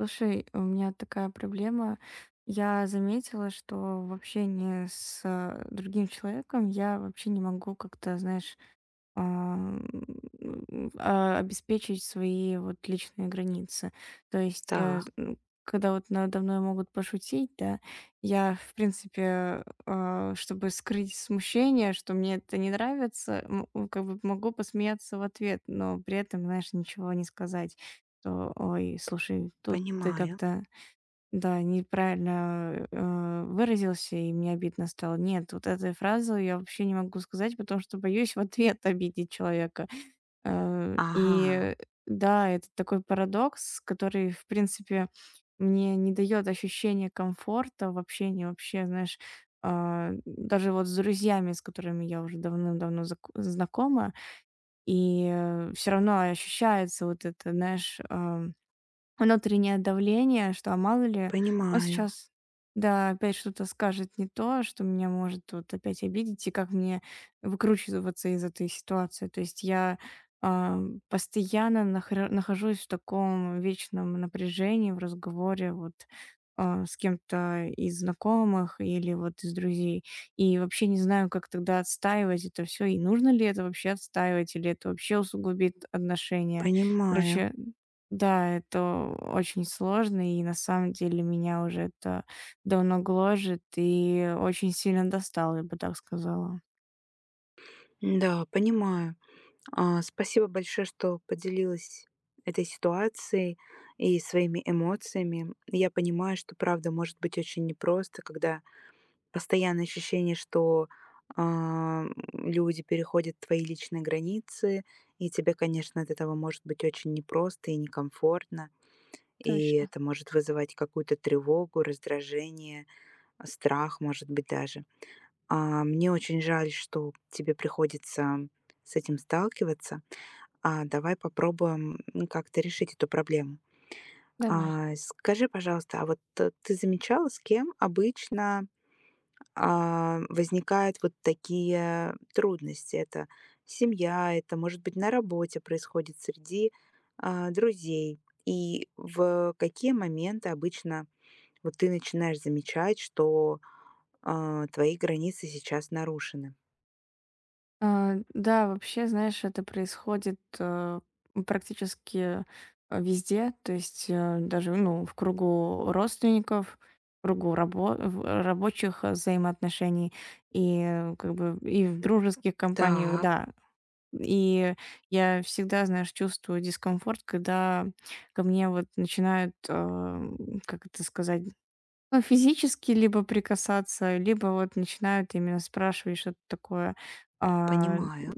Слушай, у меня такая проблема. Я заметила, что в общении с другим человеком я вообще не могу как-то, знаешь, ам, обеспечить свои вот личные границы. То есть, Так, когда вот надо мной могут пошутить, да, я, в принципе, чтобы скрыть смущение, что мне это не нравится, как бы могу посмеяться в ответ, но при этом, знаешь, ничего не сказать, что, ой, слушай, тут ты понимаю. как-то да, неправильно, выразился, и мне обидно стало. Нет, вот этой фразы я вообще не могу сказать, потому что боюсь в ответ обидеть человека. Ага, И да, это такой парадокс, который, в принципе, мне не дает ощущения комфорта в общении вообще, знаешь. Даже вот с друзьями, с которыми я уже давным-давно зак знакома, и все равно ощущается вот это, знаешь, внутреннее давление, что, мало ли, он понимаю, сейчас, да, опять что-то скажет не то, что меня может тут опять обидеть, и как мне выкручиваться из этой ситуации. То есть я а, постоянно нахожусь в таком вечном напряжении в разговоре вот с кем-то из знакомых или вот из друзей. И вообще не знаю, как тогда отстаивать это все, и нужно ли это вообще отстаивать, или это вообще усугубит отношения. понимаю. Короче, да, это очень сложно, и на самом деле меня уже это давно гложет и очень сильно достало, я бы так сказала. Да, понимаю. Спасибо большое, что поделилась этой ситуацией и своими эмоциями. Я понимаю, что правда может быть очень непросто, когда постоянное ощущение, что а, люди переходят твои личные границы, и тебе, конечно, от этого может быть очень непросто и некомфортно, и Точно. это может вызывать какую-то тревогу, раздражение, страх, может быть, даже. Мне очень жаль, что тебе приходится с этим сталкиваться. Давай попробуем, ну, как-то решить эту проблему. Давай. Скажи, пожалуйста, а вот, ты замечала, с кем обычно, возникают вот такие трудности? Это семья, это, может быть, на работе происходит среди, друзей. И в какие моменты обычно вот ты начинаешь замечать, что твои границы сейчас нарушены. Да, вообще, знаешь, это происходит, практически, везде, то есть, даже, ну, в кругу родственников, в кругу рабо в рабочих взаимоотношений и, как бы, и в дружеских компаниях, Так, да. И я всегда, знаешь, чувствую дискомфорт, когда ко мне вот начинают, как это сказать, ну, физически либо прикасаться, либо вот начинают именно спрашивать что-то такое, а, понимаю.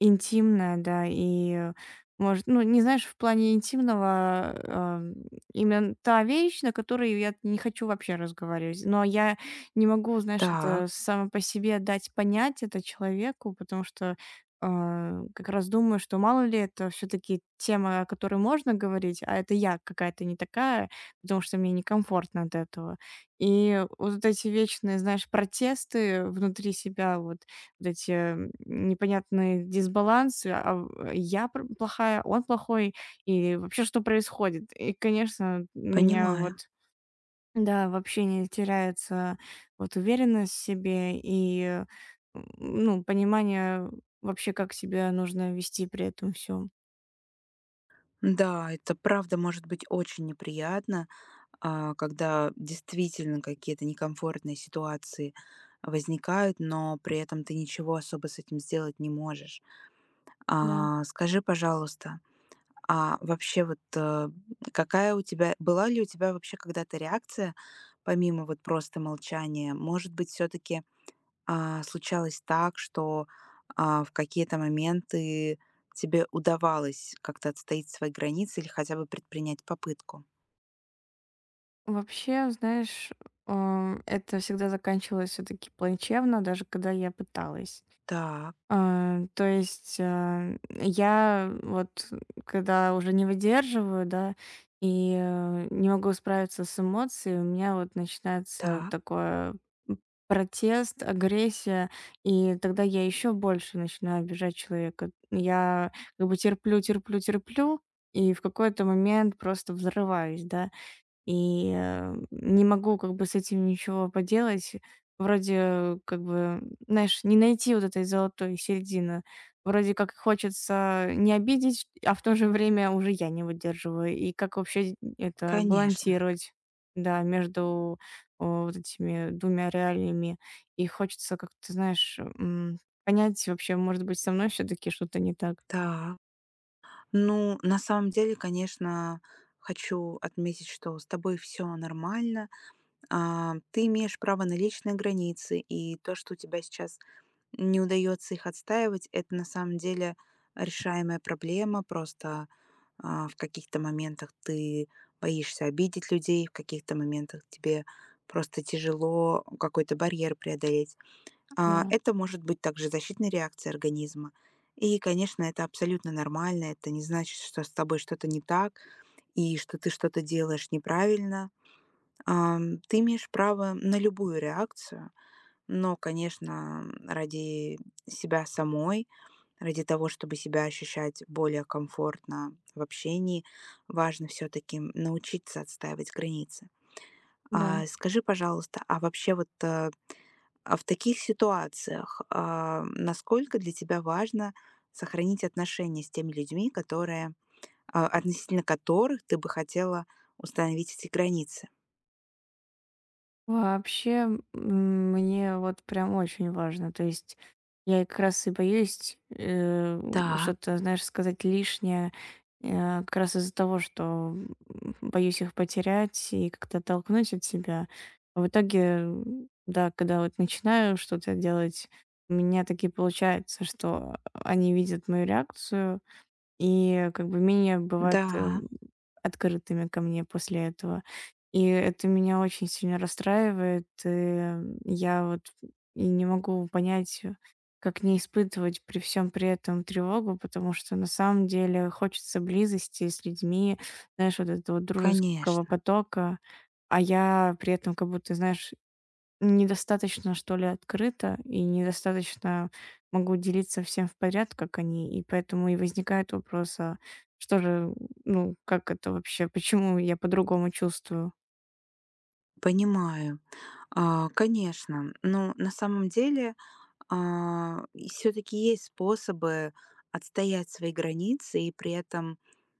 интимное, да, и может, ну, не знаешь, в плане интимного, именно та вещь, на которой я не хочу вообще разговаривать. Но я не могу, знаешь, Так, это само по себе дать понять это человеку, потому что как раз думаю, что мало ли это все-таки тема, о которой можно говорить, а это я какая-то не такая, потому что мне некомфортно от этого. И вот эти вечные, знаешь, протесты внутри себя, вот эти, непонятные дисбалансы, я пр плохая, он плохой, и вообще что происходит? И, конечно, у меня понимаю. вот, да, вообще не теряется вот уверенность в себе и, ну, понимание вообще, как себя нужно вести при этом всем. Да, это правда может быть очень неприятно, когда действительно какие-то некомфортные ситуации возникают, но при этом ты ничего особо с этим сделать не можешь. Да. Скажи, пожалуйста, а вообще вот какая у тебя, была ли у тебя вообще когда-то реакция, помимо вот просто молчания? Может быть, все-таки случалось так, что, в какие-то моменты тебе удавалось как-то отстоять свои границы или хотя бы предпринять попытку? Вообще, знаешь, это всегда заканчивалось все таки плачевно, даже когда я пыталась. Так, То есть, я вот, когда уже не выдерживаю, да, и, не могу справиться с эмоцией, у меня вот начинается так, такое, м, протест, агрессия, и тогда я еще больше начинаю обижать человека. Я как бы терплю, терплю, терплю и в какой-то момент просто взрываюсь, да. И, не могу как бы с этим ничего поделать. Вроде как бы, знаешь, не найти вот этой золотой середины. Вроде как хочется не обидеть, а в то же время уже я не выдерживаю. И как вообще это конечно. балансировать, да, между, вот этими двумя реалиями. И хочется как-то, знаешь, понять вообще, может быть, со мной все таки что-то не так. Так. Ну, на самом деле, конечно, хочу отметить, что с тобой все нормально. Ты имеешь право на личные границы, и то, что у тебя сейчас не удается их отстаивать. Это на самом деле решаемая проблема. Просто в каких-то моментах ты боишься обидеть людей, в каких-то моментах тебе просто тяжело какой-то барьер преодолеть. Да. Это может быть также защитной реакцией организма. И, конечно, это абсолютно нормально. Это не значит, что с тобой что-то не так и что ты что-то делаешь неправильно. Ты имеешь право на любую реакцию, но, конечно, ради себя самой, ради того, чтобы себя ощущать более комфортно в общении, важно все-таки научиться отстаивать границы. А Да. скажи, пожалуйста, а вообще вот а в таких ситуациях насколько для тебя важно сохранить отношения с теми людьми, которые относительно которых ты бы хотела установить эти границы? Вообще, мне вот прям очень важно. То есть я как раз и боюсь, Так, что-то, знаешь, сказать лишнее, как раз из-за того, что, боюсь их потерять и как-то оттолкнуть от себя. А в итоге, да, когда вот начинаю что-то делать, у меня таки получается, что они видят мою реакцию, и как бы менее бывают, да, открытыми ко мне после этого. И это меня очень сильно расстраивает. И я вот и не могу понять, как не испытывать при всем при этом тревогу, потому что на самом деле хочется близости с людьми, знаешь, вот этого дружеского конечно. потока, а я при этом как будто, знаешь, недостаточно, что ли, открыто и недостаточно могу делиться всем в поряд, как они, и поэтому и возникает вопрос, а что же, ну, как это вообще, почему я по-другому чувствую? Понимаю. Конечно. Но на самом деле, все-таки есть способы отстоять свои границы и при этом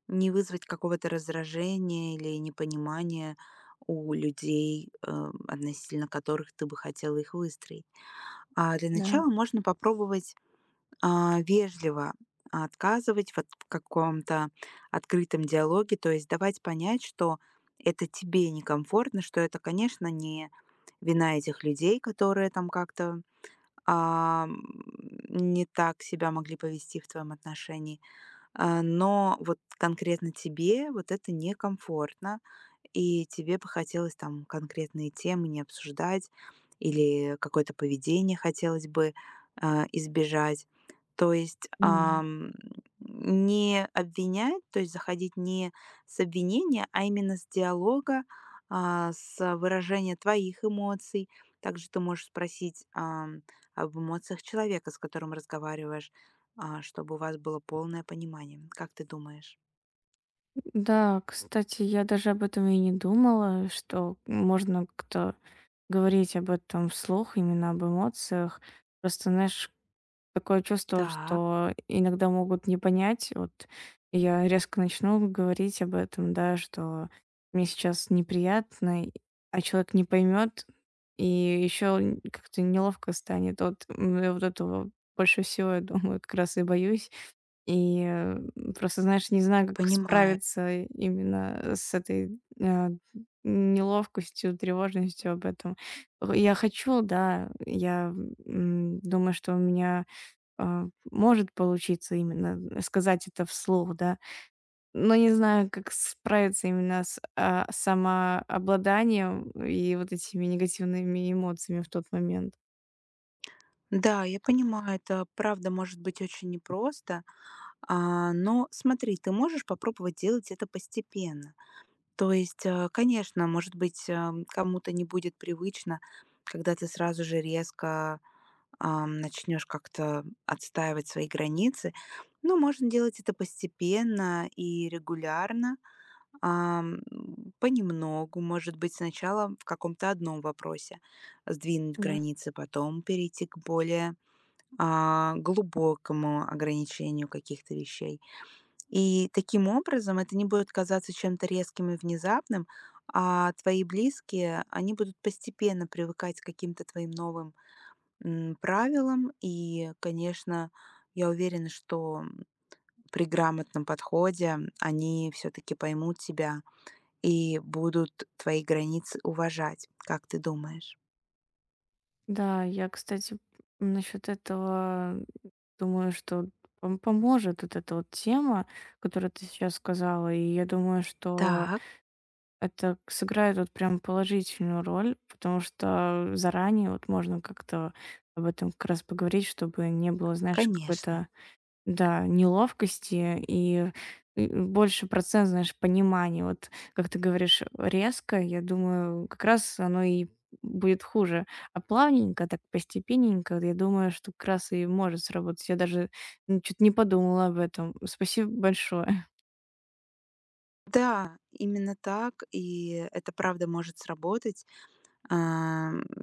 не вызвать какого-то раздражения или непонимания у людей, относительно которых ты бы хотела их выстроить. А для Да, начала можно попробовать вежливо отказывать вот в каком-то открытом диалоге, то есть давать понять, что это тебе некомфортно, что это, конечно, не вина этих людей, которые там как-то а, м, не так себя могли повести в твоем отношении, но вот конкретно тебе вот это некомфортно, и тебе бы хотелось там конкретные темы не обсуждать или какое-то поведение хотелось бы, избежать. То есть, понимаю. Не обвинять, то есть заходить не с обвинения, а именно с диалога, с выражения твоих эмоций. Также ты можешь спросить, об эмоциях человека, с которым разговариваешь. Чтобы у вас было полное понимание. Как ты думаешь? Да, кстати, я даже об этом и не думала, что можно как-то говорить об этом вслух, именно об эмоциях. Просто, знаешь, такое чувство, Так, что иногда могут не понять. Вот я резко начну говорить об этом, да, что мне сейчас неприятно, а человек не поймет, и еще как-то неловко станет. Вот я вот этого больше всего, я думаю, как раз и боюсь. И просто, знаешь, не знаю, как понимаю. справиться именно с этой неловкостью, тревожностью об этом. Я хочу, да, я думаю, что у меня может получиться именно сказать это вслух, да. Но не знаю, как справиться именно с, самообладанием и вот этими негативными эмоциями в тот момент. Да, я понимаю, это правда может быть очень непросто, но смотри, ты можешь попробовать делать это постепенно. То есть, конечно, может быть, кому-то не будет привычно, когда ты сразу же резко начнешь как-то отстаивать свои границы, но можно делать это постепенно и регулярно, понемногу, может быть, сначала в каком-то одном вопросе сдвинуть Да. границы, потом перейти к более глубокому ограничению каких-то вещей. И таким образом это не будет казаться чем-то резким и внезапным, а твои близкие, они будут постепенно привыкать к каким-то твоим новым правилам. И, конечно, я уверена, что при грамотном подходе они все-таки поймут тебя и будут твои границы уважать, как ты думаешь? Да, я, кстати, насчет этого думаю, что поможет вот эта вот тема, которую ты сейчас сказала. И я думаю, что Так, это к сыграет вот прям положительную роль, потому что заранее вот можно как-то об этом как раз поговорить, чтобы не было, знаешь, конечно. какой-то, да, неловкости и больше процент, знаешь, понимания. Вот как ты говоришь, резко, я думаю, как раз оно и будет хуже. А плавненько, так постепенненько, я думаю, что как раз и может сработать. Я даже, ну, то не подумала об этом. Спасибо большое. Да, именно так, и это правда может сработать.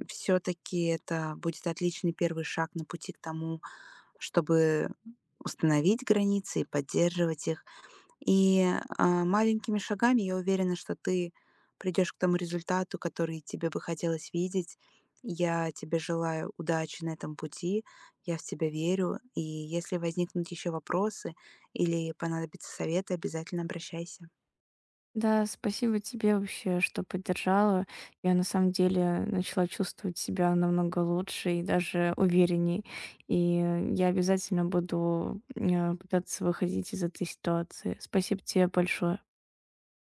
Все-таки это будет отличный первый шаг на пути к тому, чтобы установить границы и поддерживать их. И, маленькими шагами, я уверена, что ты придешь к тому результату, который тебе бы хотелось видеть. Я тебе желаю удачи на этом пути, я в тебя верю, и если возникнут еще вопросы или понадобятся советы, обязательно обращайся. Да, спасибо тебе вообще, что поддержала. Я на самом деле начала чувствовать себя намного лучше и даже уверенней. И я обязательно буду пытаться выходить из этой ситуации. Спасибо тебе большое.